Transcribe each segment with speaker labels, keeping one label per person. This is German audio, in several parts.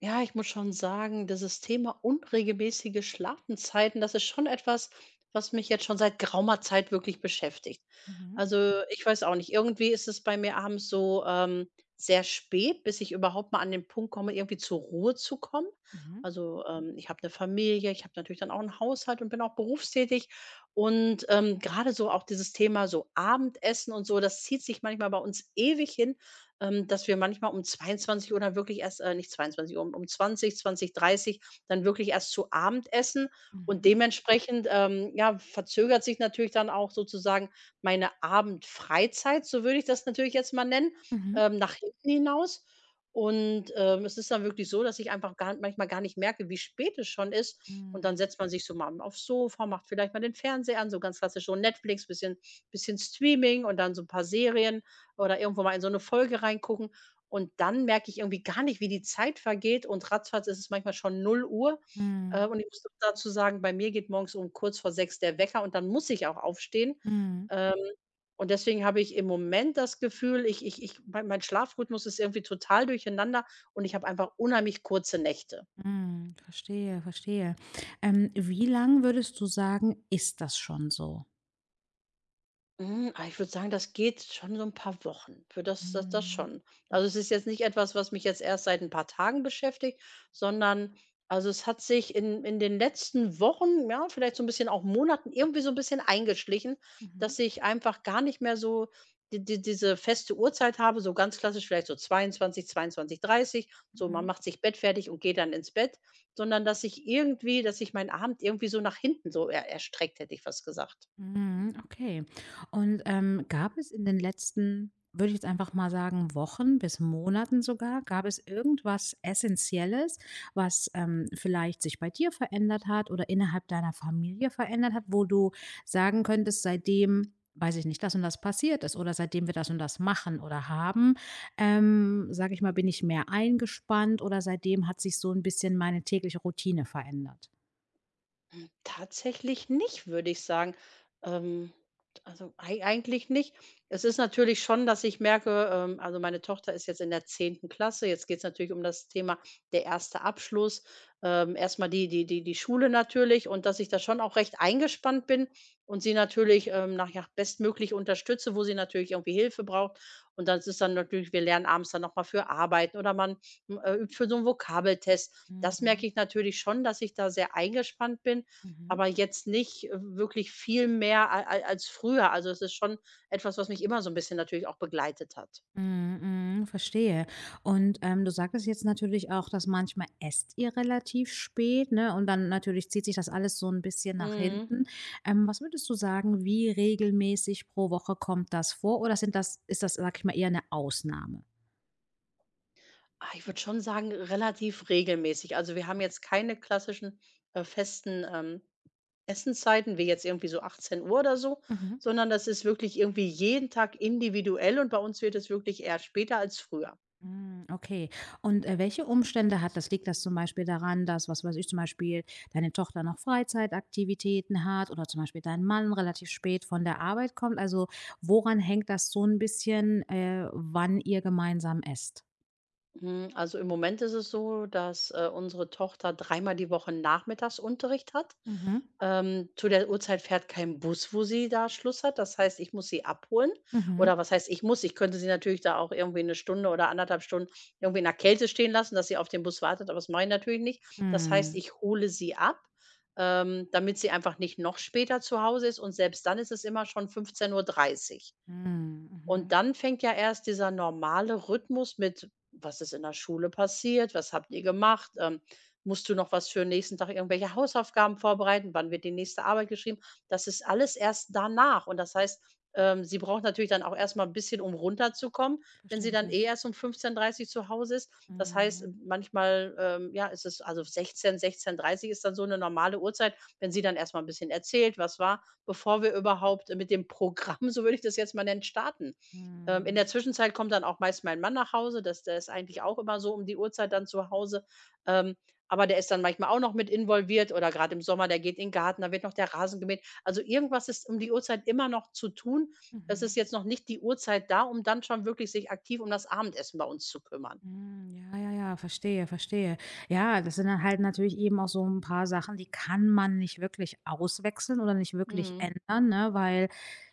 Speaker 1: Ja, ich muss schon sagen, dieses Thema unregelmäßige Schlafenszeiten, das ist schon etwas, was mich jetzt schon seit geraumer Zeit wirklich beschäftigt.
Speaker 2: Mhm,
Speaker 1: Also, ich weiß auch nicht, irgendwie ist es bei mir abends so, sehr spät, bis ich überhaupt mal an den Punkt komme, irgendwie zur Ruhe zu kommen.
Speaker 2: mhm,
Speaker 1: Also, ich habe eine Familie, ich habe natürlich dann auch einen Haushalt und bin auch berufstätig. Und, grade so auch dieses Thema so Abendessen und so, das zieht sich manchmal bei uns ewig hin, dass wir manchmal um 22 Uhr dann wirklich erst, nicht 22:00, um 20, 20:30 dann wirklich erst zu Abend essen. Und
Speaker 2: mhm,
Speaker 1: dementsprechend, ja, verzögert sich natürlich dann auch sozusagen meine Abendfreizeit, so würde ich das natürlich jetzt mal nennen,
Speaker 2: mhm.
Speaker 1: nach hinten hinaus. Und, es ist dann wirklich so, dass ich einfach gar manchmal gar nicht merke, wie spät es schon ist. Und dann
Speaker 2: Mhm,
Speaker 1: setzt man sich so mal aufs Sofa, macht vielleicht mal den Fernseher an, so ganz klassisch so Netflix, bisschen Streaming und dann so ein paar Serien oder irgendwo mal in so eine Folge reingucken, und dann merke ich irgendwie gar nicht, wie die Zeit vergeht, und ratzfatz ist es manchmal schon 0:00.
Speaker 2: mhm,
Speaker 1: Und ich muss auch dazu sagen, bei mir geht morgens um kurz vor 6 der Wecker und dann muss ich auch aufstehen.
Speaker 2: mhm,
Speaker 1: Ähm, und deswegen habe ich im Moment das Gefühl, ich mein Schlafrhythmus ist irgendwie total durcheinander und ich habe einfach unheimlich kurze Nächte.
Speaker 2: mhm. Verstehe, verstehe. Wie lang würdest du sagen, ist das schon so?
Speaker 1: Ich würde sagen, das geht schon so ein paar Wochen. Für das
Speaker 2: Mhm,
Speaker 1: schon. Also, es ist jetzt nicht etwas, was mich jetzt erst seit ein paar Tagen beschäftigt, sondern, also, es hat sich in den letzten Wochen, ja, vielleicht so ein bisschen auch Monaten irgendwie so ein bisschen eingeschlichen,
Speaker 2: mhm,
Speaker 1: dass ich einfach gar nicht mehr so diese feste Uhrzeit habe, so ganz klassisch vielleicht so 22:00, 22:30, so man
Speaker 2: mhm.
Speaker 1: macht sich bettfertig und geht dann ins Bett, sondern dass ich meinen Abend irgendwie so nach hinten so er erstreckt, hätte ich fast gesagt.
Speaker 2: Mhm, okay. Und, gab es in den letzten, würde ich jetzt einfach mal sagen, Wochen bis Monaten sogar, gab es irgendwas Essentielles, was, vielleicht sich bei dir verändert hat oder innerhalb deiner Familie verändert hat, wo du sagen könntest: „Seitdem, weiß ich nicht, das und das passiert ist oder seitdem wir das und das machen oder haben, sage ich mal, bin ich mehr eingespannt oder seitdem hat sich so ein bisschen meine tägliche Routine verändert?“
Speaker 1: Tatsächlich nicht, würde ich sagen. Ähm, also ei eigentlich nicht. Es ist natürlich schon, dass ich merke, also meine Tochter ist jetzt in der 10. Klasse. Jetzt geht's natürlich um das Thema der erste Abschluss. Erst die Schule natürlich, und dass ich da schon auch recht eingespannt bin und sie natürlich, nach ja, bestmöglich unterstütze, wo sie natürlich irgendwie Hilfe braucht. Und das ist dann natürlich, wir lernen abends dann noch mal für Arbeiten oder man, übt für so einen Vokabeltest. Das
Speaker 2: Mhm,
Speaker 1: merke ich natürlich schon, dass ich da sehr eingespannt bin,
Speaker 2: mhm.
Speaker 1: aber jetzt nicht, wirklich viel mehr a a als früher. Also, es ist schon etwas, was mich immer so ein bisschen natürlich auch begleitet hat.
Speaker 2: Mhm, mhm, verstehe. Und, du sagtest jetzt natürlich auch, dass manchmal esst ihr relativ spät, ne? Und dann natürlich zieht sich das alles so ein bisschen nach
Speaker 1: Mhm.
Speaker 2: hinten. Was würdest du sagen, wie regelmäßig pro Woche kommt das vor oder sind das, ist das, sag ich mal, eher eine Ausnahme?
Speaker 1: Ich würde schon sagen, relativ regelmäßig. Also, wir haben jetzt keine klassischen, festen, Essenszeiten, wie jetzt irgendwie so achtzehn Uhr oder so,
Speaker 2: Mhm.
Speaker 1: sondern das ist wirklich irgendwie jeden Tag individuell, und bei uns wird es wirklich eher später als früher.
Speaker 2: Hm, okay. Und, welche Umstände hat das? Liegt das zum Beispiel daran, dass, was weiß ich, zum Beispiel deine Tochter noch Freizeitaktivitäten hat oder zum Beispiel dein Mann relativ spät von der Arbeit kommt? Also, woran hängt das so ein bisschen, wann ihr gemeinsam esst?
Speaker 1: Also im Moment ist es so, dass, unsere Tochter dreimal die Woche Nachmittagsunterricht hat.
Speaker 2: Mhm.
Speaker 1: Zu der Uhrzeit fährt kein Bus, wo sie da Schluss hat. Das heißt, ich muss sie abholen.
Speaker 2: Mhm.
Speaker 1: Oder was heißt, ich muss? Ich könnte sie natürlich da auch irgendwie eine Stunde oder anderthalb Stunden irgendwie in der Kälte stehen lassen, dass sie auf den Bus wartet, aber das mache ich natürlich nicht. Das heißt,
Speaker 2: Mhm.
Speaker 1: ich hole sie ab, damit sie einfach nicht noch später zu Hause ist, und selbst dann ist es immer schon 15:30 Uhr.
Speaker 2: Mhm.
Speaker 1: Und
Speaker 2: Mhm.
Speaker 1: dann fängt ja erst dieser normale Rhythmus mit: „Was ist in der Schule passiert? Was habt ihr gemacht? Musst du noch was für den nächsten Tag irgendwelche Hausaufgaben vorbereiten? Wann wird die nächste Arbeit geschrieben?“ Das ist alles erst danach. Und das heißt, sie braucht natürlich dann auch erstmal ein bisschen, um runterzukommen, wenn sie dann eh
Speaker 2: Verständlich.
Speaker 1: erst um 15:30 zu Hause ist. Das heißt,
Speaker 2: Mhm.
Speaker 1: manchmal, ja, ist es also 16:00, 16:30 ist dann so eine normale Uhrzeit, wenn sie dann erstmal ein bisschen erzählt, was war, bevor wir überhaupt mit dem Programm, so würde ich das jetzt mal nennen, starten. In
Speaker 2: Mhm.
Speaker 1: der Zwischenzeit kommt dann auch meist mein Mann nach Hause. Das der ist eigentlich auch immer so um die Uhrzeit dann zu Hause. Ähm, aber der ist dann manchmal auch noch mit involviert, oder gerade im Sommer, der geht in den Garten, da wird noch der Rasen gemäht. Also, irgendwas ist um die Uhrzeit immer noch zu tun. Es
Speaker 2: Mhm.
Speaker 1: ist jetzt noch nicht die Uhrzeit da, um dann schon wirklich sich aktiv um das Abendessen bei uns zu kümmern.
Speaker 2: Hm, ja, ja, ja, verstehe, verstehe. Ja, das sind dann halt natürlich eben auch so ein paar Sachen, die kann man nicht wirklich auswechseln oder nicht wirklich
Speaker 1: Mhm.
Speaker 2: ändern, ne? Weil,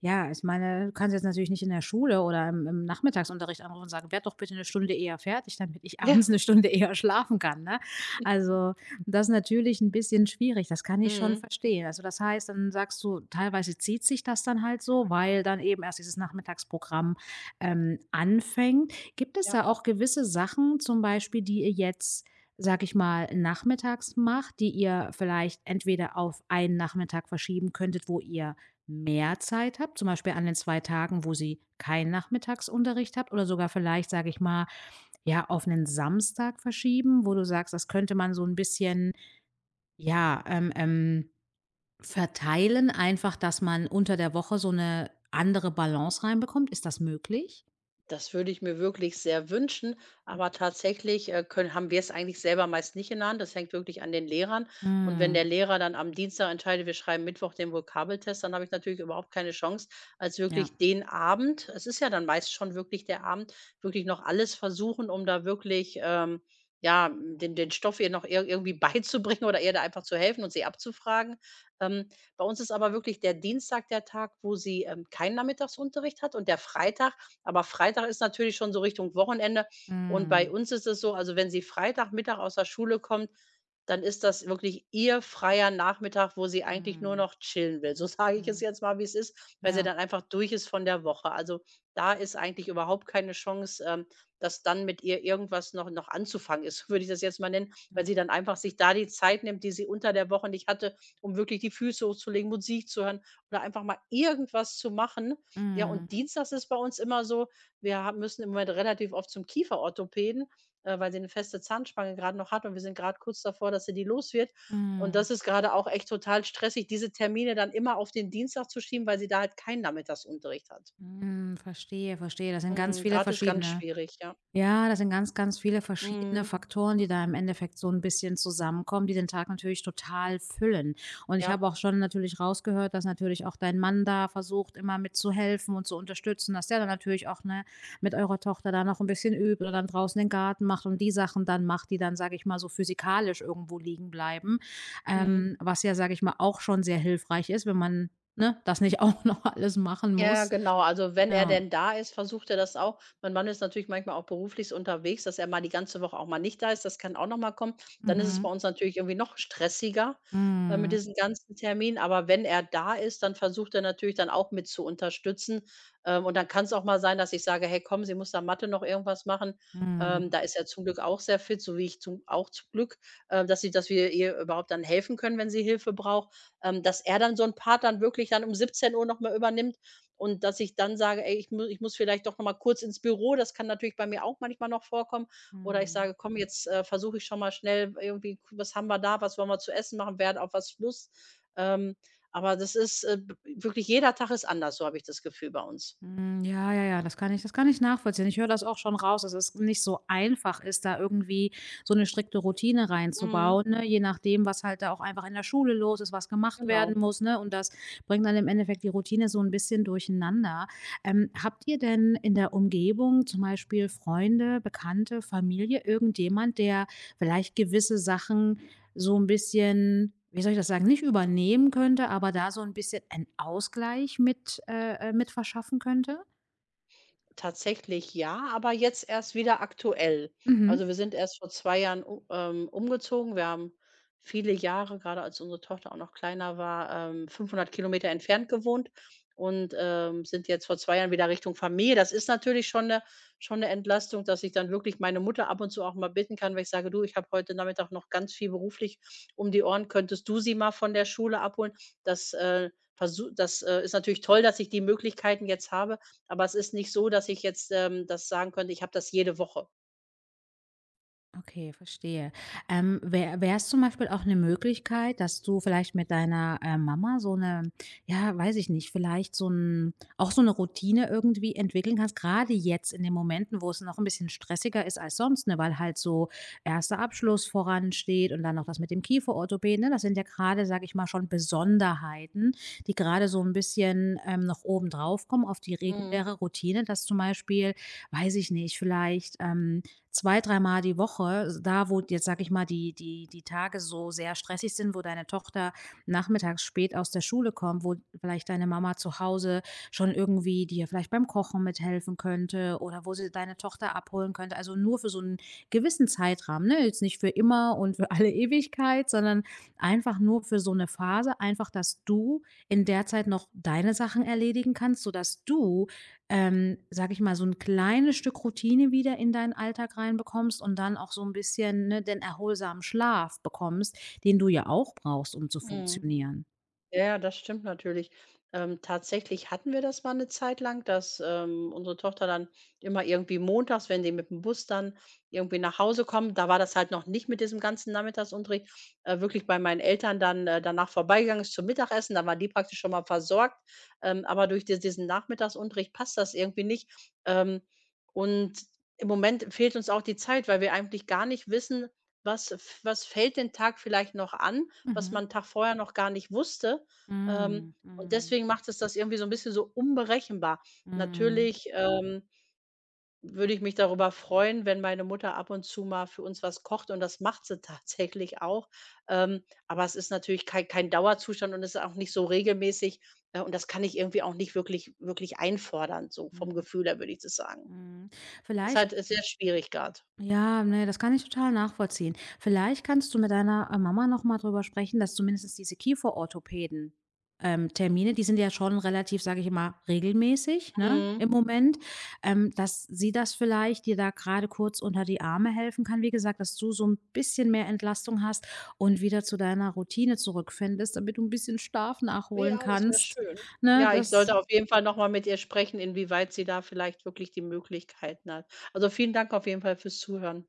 Speaker 2: ja, ich meine, du kannst jetzt natürlich nicht in der Schule oder im Nachmittagsunterricht anrufen und sagen: „Werd doch bitte eine Stunde eher fertig, damit ich
Speaker 1: Ja.
Speaker 2: abends eine Stunde eher schlafen kann“, ne? Also, das ist natürlich ein bisschen schwierig, das kann ich schon
Speaker 1: Mhm.
Speaker 2: verstehen. Also, das heißt, dann sagst du, teilweise zieht sich das dann halt so, weil dann eben erst dieses Nachmittagsprogramm, anfängt. Gibt es
Speaker 1: Ja.
Speaker 2: da auch gewisse Sachen, zum Beispiel, die ihr jetzt, sag ich mal, nachmittags macht, die ihr vielleicht entweder auf einen Nachmittag verschieben könntet, wo ihr mehr Zeit habt, zum Beispiel an den 2 Tagen, wo sie keinen Nachmittagsunterricht habt, oder sogar vielleicht, sage ich mal, ja, auf einen Samstag verschieben, wo du sagst, das könnte man so ein bisschen, ja, verteilen, einfach, dass man unter der Woche so eine andere Balance reinbekommt. Ist das möglich?
Speaker 1: Das würde ich mir wirklich sehr wünschen, aber tatsächlich, können haben wir es eigentlich selber meist nicht in der Hand. Das hängt wirklich an den Lehrern. Und wenn der
Speaker 2: Mhm.
Speaker 1: Lehrer dann am Dienstag entscheidet, wir schreiben Mittwoch den Vokabeltest, dann habe ich natürlich überhaupt keine Chance, als
Speaker 2: Ja.
Speaker 1: wirklich den Abend, es ist ja dann meist schon wirklich der Abend, wirklich noch alles versuchen, um da wirklich, ja, den Stoff ihr noch ir irgendwie beizubringen oder ihr da einfach zu helfen und sie abzufragen. Ähm, Bei uns ist aber wirklich der Dienstag der Tag, wo sie, keinen Nachmittagsunterricht hat, und der Freitag, aber Freitag ist natürlich schon so Richtung Wochenende, und bei
Speaker 2: Mhm.
Speaker 1: uns ist es so, also wenn sie Freitagmittag aus der Schule kommt, dann ist das wirklich ihr freier Nachmittag, wo sie eigentlich nur
Speaker 2: Mhm,
Speaker 1: noch chillen will. So sage ich es
Speaker 2: mhm.
Speaker 1: jetzt mal, wie es ist, weil sie
Speaker 2: Ja.
Speaker 1: dann einfach durch ist von der Woche. Also, da ist eigentlich überhaupt keine Chance, dass dann mit ihr irgendwas noch anzufangen ist, würde ich das jetzt mal nennen,
Speaker 2: Mhm.
Speaker 1: weil sie dann einfach sich da die Zeit nimmt, die sie unter der Woche nicht hatte, um wirklich die Füße hochzulegen, Musik zu hören oder einfach mal irgendwas zu machen, ja,
Speaker 2: Mhm.
Speaker 1: und dienstags ist bei uns immer so, wir ha müssen im Moment relativ oft zum Kieferorthopäden, weil sie eine feste Zahnspange gerade noch hat, und wir sind gerade kurz davor, dass sie die los wird. Und
Speaker 2: Mhm.
Speaker 1: das ist gerade auch echt total stressig, diese Termine dann immer auf den Dienstag zu schieben, weil sie da halt keinen Nachmittagsunterricht hat.
Speaker 2: Mhm. Verstehe, verstehe. Das sind ganz
Speaker 1: Mhm.
Speaker 2: viele
Speaker 1: Grad ist ganz
Speaker 2: verschiedene.
Speaker 1: schwierig, ja.
Speaker 2: Ja, das sind ganz, ganz viele verschiedene
Speaker 1: Mhm.
Speaker 2: Faktoren, die da im Endeffekt so ein bisschen zusammenkommen, die den Tag natürlich total füllen. Und ich
Speaker 1: Ja.
Speaker 2: habe auch schon natürlich rausgehört, dass natürlich auch dein Mann da versucht, immer mitzuhelfen und zu unterstützen, dass der dann natürlich auch, ne, mit eurer Tochter da noch ein bisschen übt oder dann draußen den Garten macht und die Sachen dann macht, die dann, sage ich mal, so physikalisch irgendwo liegen bleiben.
Speaker 1: Mhm.
Speaker 2: Was ja, sage ich mal, auch schon sehr hilfreich ist, wenn man, ne, das nicht auch noch alles machen
Speaker 1: Ja,
Speaker 2: muss.
Speaker 1: genau. Also, wenn er
Speaker 2: Ja.
Speaker 1: denn da ist, versucht er das auch. Mein Mann ist natürlich manchmal auch beruflich so unterwegs, dass er mal die ganze Woche auch mal nicht da ist. Das kann auch noch mal kommen. Dann ist es bei
Speaker 2: Mhm.
Speaker 1: uns natürlich irgendwie noch stressiger, mit
Speaker 2: Mhm.
Speaker 1: diesen ganzen Terminen. Aber wenn er da ist, dann versucht er natürlich dann auch mit zu unterstützen. Und dann kann es auch mal sein, dass ich sage: „Hey, komm, sie muss da Mathe noch irgendwas machen.“
Speaker 2: Mhm.
Speaker 1: Da ist er zum Glück auch sehr fit, so wie ich zum auch zum Glück, dass sie dass wir ihr überhaupt dann helfen können, wenn sie Hilfe braucht. Dass er dann so ein Part dann wirklich dann um 17:00 noch mal übernimmt, und dass ich dann sage: „Ey, ich muss vielleicht doch noch mal kurz ins Büro.“ Das kann natürlich bei mir auch manchmal noch vorkommen. Oder ich
Speaker 2: Mhm.
Speaker 1: sage: „Komm, jetzt, versuche ich schon mal schnell irgendwie, was haben wir da? Was wollen wir zu essen machen? Wer hat auf was Lust?“ Ähm, aber das ist, b wirklich jeder Tag ist anders, so habe ich das Gefühl bei uns.
Speaker 2: Hm, ja, ja, ja, das kann ich nachvollziehen. Ich höre das auch schon raus, dass es nicht so einfach ist, da irgendwie so eine strikte Routine
Speaker 1: Mhm,
Speaker 2: reinzubauen, ne? Je nachdem, was halt da auch einfach in der Schule los ist, was gemacht werden
Speaker 1: genau.
Speaker 2: muss, ne? Und das bringt dann im Endeffekt die Routine so ein bisschen durcheinander. Habt ihr denn in der Umgebung zum Beispiel Freunde, Bekannte, Familie, irgendjemand, der vielleicht gewisse Sachen so ein bisschen, wie soll ich das sagen, nicht übernehmen könnte, aber da so ein bisschen einen Ausgleich mit verschaffen könnte.
Speaker 1: Tatsächlich ja, aber jetzt erst wieder aktuell. Also,
Speaker 2: Mhm.
Speaker 1: wir sind erst vor 2 Jahren u umgezogen. Wir haben viele Jahre, gerade als unsere Tochter auch noch kleiner war, 500 Kilometer entfernt gewohnt, und, sind jetzt vor 2 Jahren wieder Richtung Familie. Das ist natürlich schon eine, schon 'ne Entlastung, dass ich dann wirklich meine Mutter ab und zu auch mal bitten kann, weil ich sage: „Du, ich habe heute Nachmittag noch ganz viel beruflich um die Ohren. Könntest du sie mal von der Schule abholen?“ Das, ist natürlich toll, dass ich die Möglichkeiten jetzt habe. Aber es ist nicht so, dass ich jetzt, das sagen könnte, ich habe das jede Woche.
Speaker 2: Okay, verstehe. Wär's zum Beispiel auch eine Möglichkeit, dass du vielleicht mit deiner, Mama so eine, ja, weiß ich nicht, vielleicht so ein, auch so eine Routine irgendwie entwickeln kannst? Gerade jetzt in den Momenten, wo es noch ein bisschen stressiger ist als sonst, ne, weil halt so erster Abschluss voransteht und dann noch das mit dem Kieferorthopäden, ne? Das sind ja gerade, sage ich mal, schon Besonderheiten, die gerade so ein bisschen, noch obendrauf kommen auf die
Speaker 1: Mhm.
Speaker 2: reguläre Routine, dass zum Beispiel, weiß ich nicht, vielleicht, 2, dreimal die Woche, da wo jetzt, sag ich mal, die Tage so sehr stressig sind, wo deine Tochter nachmittags spät aus der Schule kommt, wo vielleicht deine Mama zu Hause schon irgendwie dir vielleicht beim Kochen mithelfen könnte oder wo sie deine Tochter abholen könnte. Also, nur für so einen gewissen Zeitrahmen, ne? Jetzt nicht für immer und für alle Ewigkeit, sondern einfach nur für so eine Phase, einfach, dass du in der Zeit noch deine Sachen erledigen kannst, sodass du, sage ich mal, so ein kleines Stück Routine wieder in deinen Alltag reinbekommst und dann auch so ein bisschen, ne, den erholsamen Schlaf bekommst, den du ja auch brauchst, um zu
Speaker 1: Mhm.
Speaker 2: funktionieren.
Speaker 1: Ja, ja, das stimmt natürlich. Tatsächlich hatten wir das mal eine Zeit lang, dass, unsere Tochter dann immer irgendwie montags, wenn die mit dem Bus dann irgendwie nach Hause kommen, da war das halt noch nicht mit diesem ganzen Nachmittagsunterricht, wirklich bei meinen Eltern dann, danach vorbeigegangen ist zum Mittagessen. Da war die praktisch schon mal versorgt. Aber durch di diesen Nachmittagsunterricht passt das irgendwie nicht. Ähm, und im Moment fehlt uns auch die Zeit, weil wir eigentlich gar nicht wissen, was was fällt den Tag vielleicht noch an, was
Speaker 2: Mhm.
Speaker 1: man 'n Tag vorher noch gar nicht wusste. Ähm,
Speaker 2: Mhm.
Speaker 1: und
Speaker 2: Mhm.
Speaker 1: deswegen macht es das irgendwie so ein bisschen so unberechenbar.
Speaker 2: Mhm.
Speaker 1: Natürlich, würde ich mich darüber freuen, wenn meine Mutter ab und zu mal für uns was kocht, und das macht sie tatsächlich auch. Aber es ist natürlich kein Dauerzustand, und es ist auch nicht so regelmäßig, und das kann ich irgendwie auch nicht wirklich wirklich einfordern, so vom
Speaker 2: Mhm.
Speaker 1: Gefühl her, würde ich das sagen.
Speaker 2: Mhm.
Speaker 1: Es ist
Speaker 2: Vielleicht.
Speaker 1: halt, sehr schwierig gerade.
Speaker 2: Ja, ne, das kann ich total nachvollziehen. Vielleicht kannst du mit deiner, Mama noch mal drüber sprechen, dass zumindest diese Kieferorthopäden, Termine, die sind ja schon relativ, sage ich mal, regelmäßig, ne, im Moment, dass sie das vielleicht dir da gerade kurz unter die Arme helfen kann. Wie gesagt, dass du so ein bisschen mehr Entlastung hast und wieder zu deiner Routine zurückfindest, damit du ein bisschen Schlaf nachholen
Speaker 1: Ja, das wäre
Speaker 2: kannst,
Speaker 1: schön.
Speaker 2: ne?
Speaker 1: Ja, ich
Speaker 2: Das
Speaker 1: sollte auf jeden Fall noch mal mit ihr sprechen, inwieweit sie da vielleicht wirklich die Möglichkeiten hat. Also, vielen Dank auf jeden Fall fürs Zuhören.